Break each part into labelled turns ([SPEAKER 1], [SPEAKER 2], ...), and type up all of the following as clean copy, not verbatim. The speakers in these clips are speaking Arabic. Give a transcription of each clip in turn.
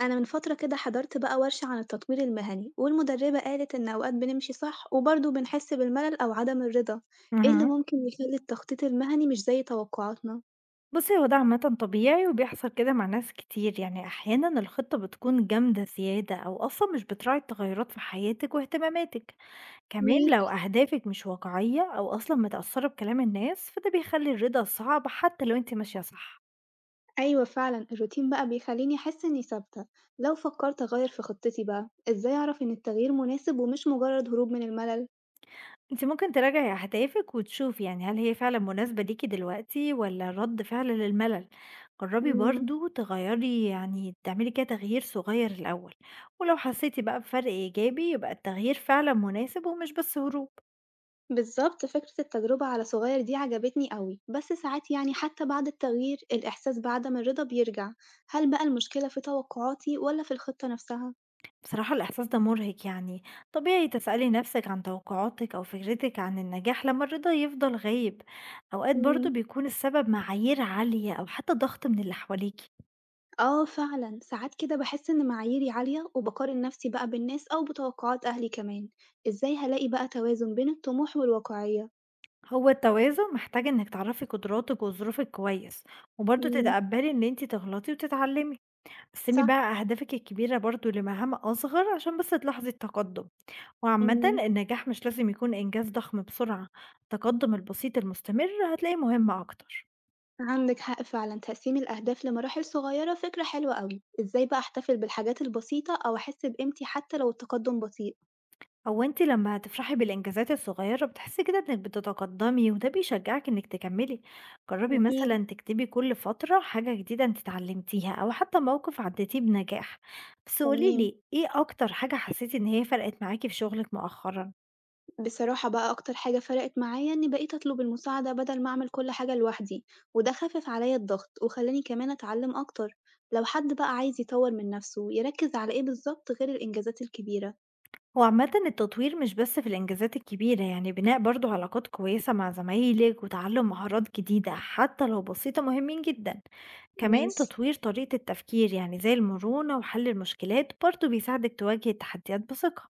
[SPEAKER 1] أنا من فترة كده حضرت بقى ورشة عن التطوير المهني والمدربة قالت إن أوقات بنمشي صح وبرضه بنحس بالملل أو عدم الرضا. إيه اللي
[SPEAKER 2] اهم.
[SPEAKER 1] ممكن يخلي التخطيط المهني مش زي توقعاتنا؟
[SPEAKER 2] بُصّي، هو ده عامةً طبيعي وبيحصل كده مع ناس كتير، يعني أحيانًا الخطة بتكون جامدة زيادة أو أصلًا مش بتراعي التغيرات في حياتِك واهتماماتِك، كمان لو
[SPEAKER 1] ماشي.
[SPEAKER 2] أهدافِك مش واقعية أو أصلًا متأثّرة بكلام الناس، فده بيخلّي الرضا صعب حتى لو أنتِ ماشية صح.
[SPEAKER 1] أيوة فعلا الروتين بقى بيخليني أحس إني ثابتة. لو فكرت أغير في خطتي بقى إزاي أعرف إن التغيير مناسب ومش مجرد هروب من الملل؟
[SPEAKER 2] أنتِ ممكن تراجعي أهدافِك وتشوفي يعني هل هي فعلًا مناسبة ليكِ دلوقتي والّا رَد فعل للملل. جرّبي برضه تغيّري يعني تعملي كده تغيير صغير الأول، ولو حسيتِ بقى بفرق إيجابي يبقى التغيير فعلًا مناسب ومش بس هروب.
[SPEAKER 1] بالظبط، فكرة التجربة على صغير دي عجبتني قوي، بس ساعات يعني حتى بعد التغيير الإحساس بعدم الرضا بيرجع. هل بقى المشكلة في توقعاتي ولا في الخطة نفسها؟
[SPEAKER 2] بصراحة الإحساس ده مُرهق يعني، طبيعي تسألي نَفْسِك عن توقعاتِك أو فكرتِك عن النجاح لمّا الرضا يفضل غايب، أوقات برضه
[SPEAKER 1] مم.
[SPEAKER 2] بيكون السبب معايير عالية أو حتى ضغط من اللي حواليكِ.
[SPEAKER 1] آه، فعلا ساعات كده بحس إن معاييري عالية وبقارن نفسي بقى بالناس أو بتوقعات أهلي كمان. إزاي هلاقي بقى توازن بين الطموح والواقعية؟
[SPEAKER 2] هو التوازن محتاج انك تعرفي قدراتك وظروفك كويس، وبرضه
[SPEAKER 1] مم.
[SPEAKER 2] تتقبلي ان انتي تغلطي وتتعلمي. قسمي
[SPEAKER 1] صح.
[SPEAKER 2] بقى اهدافك الكبيرة برضه لمهام اصغر عشان بس تلاحظي التقدم. وعامة
[SPEAKER 1] مم.
[SPEAKER 2] النجاح مش لازم يكون انجاز ضخم بسرعة، التقدم البسيط المستمر هتلاقيه مهم اكتر.
[SPEAKER 1] عندك حق فعلا، تقسيم الأهداف لمراحل صغيرة فكرة حلوة قوي. إزاي بقى أحتفل بالحاجات البسيطة أو أحس بقيمتي حتى لو التقدم بطيء؟
[SPEAKER 2] هو أنتِ لمّا تفرحي بالإنجازات الصغيّرة بتحسّي كده إنِّك بتتقدّمي وده بيشجّعِك إنِّك تكمّلي. جرّبي
[SPEAKER 1] أكيد.
[SPEAKER 2] مثلًا تكتبي كل فترة حاجة جديدة أنتِ اتعلّمتيها أو حتّى موقف عدّيتيه بنجاح. بس قولي
[SPEAKER 1] تمام.
[SPEAKER 2] لي إيه أكتر حاجة حسّيتِ إن هي فرقِت معاكِ في شغلِك مؤخرًا؟
[SPEAKER 1] بصراحة بقى أكتر حاجة فرقت معايا إني بقيت أطلب المساعدة بدل ما أعمل كل حاجة لوحدي، وده خفف عليا الضغط وخلاني كمان أتعلم أكتر. لو حد بقى عايز يطور من نفسه يركز على إيه بالظبط غير الإنجازات الكبيرة؟
[SPEAKER 2] هو عامةً التطوير مش بس في الإنجازات الكبيرة، يعني بناء برضه علاقات كويسة مع زمايلك وتعلم مهارات جديدة حتى لو بسيطة مهمين جدًا، كمان
[SPEAKER 1] ماشي.
[SPEAKER 2] تطوير طريقة التفكير يعني زي المرونة وحل المشكلات برضه بيساعدك تواجه التحديات بثقة.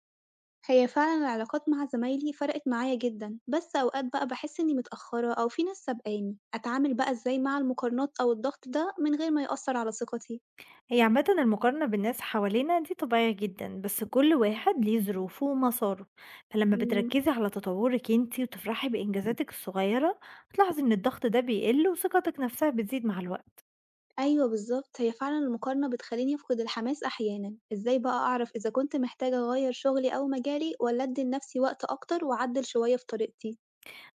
[SPEAKER 1] هي فعلا العلاقات مع زمايلي فرقت معايا جدا، بس أوقات بقى بحس إني متأخرة أو في ناس سابقاني. أتعامل بقى إزاي مع المقارنات أو الضغط ده من غير ما يأثر على ثقتي؟
[SPEAKER 2] هي عامةً المقارنة بالناس حوالينا دي طبيعية جدًا، بس كل واحد ليه ظروفه ومساره، فلما
[SPEAKER 1] مم.
[SPEAKER 2] بتركزي على تطورك أنتِ وتفرحي بإنجازاتك الصغيرة هتلاحظي إن الضغط ده بيقل وثقتك نفسها بتزيد مع الوقت.
[SPEAKER 1] أيوه بالضبط، هي فعلًا المقارنة بتخلّيني أفقد الحماس أحيانًا. إزاي بقى أعرف إذا كنت محتاجة أغيّر شغلي أو مجالي والّا أدّي لنفسي وقت أكتر وأعدّل شوية في طريقتي؟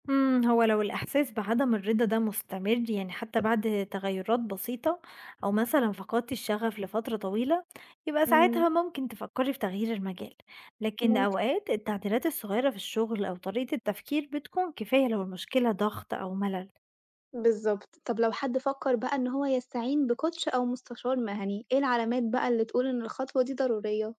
[SPEAKER 2] هو لو الإحساس بعدم الرضا ده مستمر يعني حتى بعد تغيرات بسيطة، أو مثلًا فقدتِ الشغف لفترة طويلة، يبقى
[SPEAKER 1] إمم.
[SPEAKER 2] ساعتها ممكن تفكري في تغيير المجال، لكن
[SPEAKER 1] ممكن.
[SPEAKER 2] أوقات التعديلات الصغيرة في الشغل أو طريقة التفكير بتكون كفاية لو المشكلة ضغط أو ملل.
[SPEAKER 1] بالضبط. طب لو حد فكّر بقى إن هو يستعين بcoach أو مستشار مهني، إيه العلامات بقى اللي تقول إن الخطوة دي ضرورية؟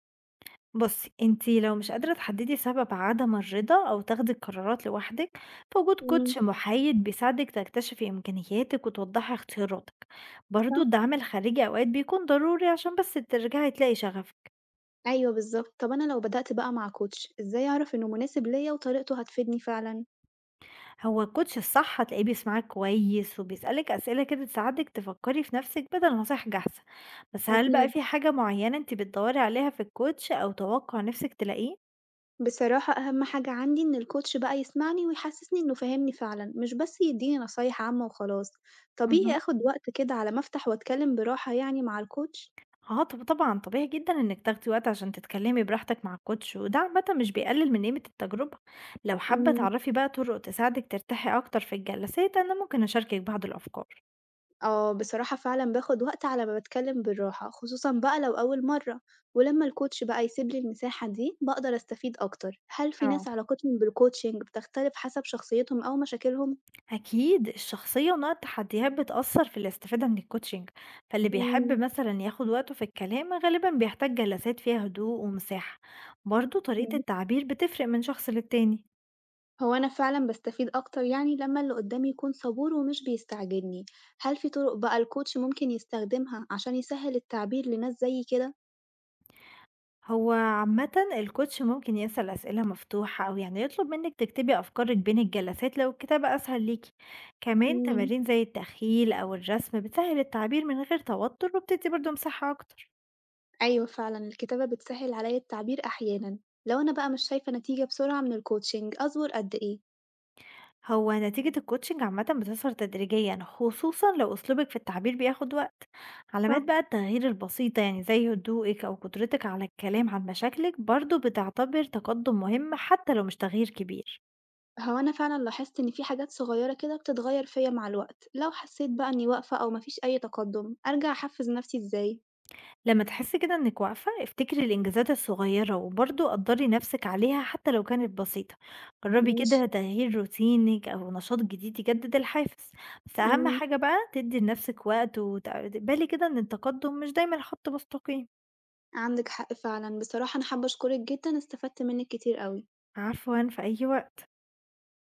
[SPEAKER 2] بُصّي، أنتِ لو مش قادرة تحددي سبب عدم الرضا أو تاخدي القرارات لوحدِك، فوجود
[SPEAKER 1] إمم.
[SPEAKER 2] كوتش محايد بيساعدِك تكتشفي إمكانياتِك وتوضحي اختياراتِك. برضه
[SPEAKER 1] صح.
[SPEAKER 2] الدعم الخارجي أوقات بيكون ضروري عشان بس ترجعي تلاقي شغفك.
[SPEAKER 1] أيوه بالضبط. طب أنا لو بدأت بقى مع coach إزاي أعرف إنه مناسب ليّا وطريقته هتفيدني فعلًا؟
[SPEAKER 2] هو الكوتش الصح هتلاقيه بيسمعِك كويس وبيسألِك أسئلة كده تساعدِك تفكري في نفسِك بدل نصايح جاهزة. بس هل بقى
[SPEAKER 1] أكيد.
[SPEAKER 2] في حاجة معينة أنتِ بتدوري عليها في الكوتش أو توقع نفسِك تلاقيه؟
[SPEAKER 1] بصراحة أهم حاجة عندي إن الكوتش بقى يسمعني ويحسسني إنه فاهمني فعلا، مش بس يديني نصايح عامة وخلاص. طبيعي
[SPEAKER 2] اهم.
[SPEAKER 1] أخد وقت كده على ما أفتح وأتكلم براحة يعني مع الكوتش.
[SPEAKER 2] آه، طب طبعًا طبيعي جدًا إنِّك تاخدي وقت عشان تتكلّمي براحتك مع الcoach، وده عامةً مش بيقلل من قيمة التجربة. لو حابة
[SPEAKER 1] مم.
[SPEAKER 2] تعرفي بقى طُرق تساعدِك ترتاحي أكتر في الجلسات أنا ممكن أشاركِك بعض الأفكار.
[SPEAKER 1] اه، بصراحة فعلا باخد وقت على ما بتكلم بالراحة خصوصا بقى لو أول مرة، ولما الكوتش بقى يسيبلي المساحة دي بقدر أستفيد أكتر. هل في
[SPEAKER 2] آه.
[SPEAKER 1] ناس علاقتهم بالكوتشنج بتختلف حسب شخصيتهم أو مشاكلهم؟
[SPEAKER 2] أكيد الشخصية ونوع التحديات بتأثّر في الاستفادة من الcoaching، فاللي بيحب مثلًا ياخد وقته في الكلام غالبًا بيحتاج جلسات فيها هدوء ومساحة. برضه طريقة
[SPEAKER 1] مم.
[SPEAKER 2] التعبير بتفرق من شخص للتاني.
[SPEAKER 1] هو أنا فعلًا باستفيد أكتر يعني لمّا اللي قدّامي يكون صبور ومش بيستعجلني. هل في طرق بقى الcoach ممكن يستخدمها عشان يسهّل التعبير لناس زيي كده؟
[SPEAKER 2] هو عامةً الcoach ممكن يسأل أسئلة مفتوحة أو يعني يطلب منِّك تكتبي أفكارِك بين الجلسات لو الكتابة أسهل ليكِ، كمان
[SPEAKER 1] إمم.
[SPEAKER 2] تمارين زي التخيل أو الرسم بتسهل التعبير من غير توتر وبتدّي برضه مساحة أكتر.
[SPEAKER 1] أيوه فعلًا الكتابة بتسهّل عليَّ التعبير أحيانًا. لو أنا بقى مش شايفة نتيجة بسرعة من الcoaching أصبر قد إيه؟
[SPEAKER 2] هو نتيجة الcoaching عامةً بتظهر تدريجيًا خصوصًا لو أسلوبِك في التعبير بياخد وقت، علامات
[SPEAKER 1] صح.
[SPEAKER 2] بقى التغيير البسيطة يعني زي هدوئِك أو قدرتِك على الكلام عن مشاكلِك برضه بتعتبر تقدم مهم حتى لو مش تغيير كبير.
[SPEAKER 1] هو أنا فعلًا لاحظت إن في حاجات صغيرة كده بتتغيّر فيَّ مع الوقت. لو حسيت بقى إني واقفة أو ما فيش أي تقدُّم أرجع أحفّز نفسي إزاي؟
[SPEAKER 2] لما تحسي كده إنِك واقفة، افتكري الإنجازات الصغيرة وبرضه قدّري نفسِك عليها حتى لو كانت بسيطة، جرّبي
[SPEAKER 1] ماشي.
[SPEAKER 2] كده تغيير روتينِك أو نشاط جديد يجدد الحافز. بس أهم
[SPEAKER 1] إمم.
[SPEAKER 2] حاجة بقى تدّي لنفسِك وقت وتقبلي كده إن التقدم مش دايمًا خط مستقيم.
[SPEAKER 1] عندك حق فعلًا. بصراحة أنا حابة أشكرِك جدًا، استفدت منِّك كتير أوي.
[SPEAKER 2] عفوًا، في أي وقت.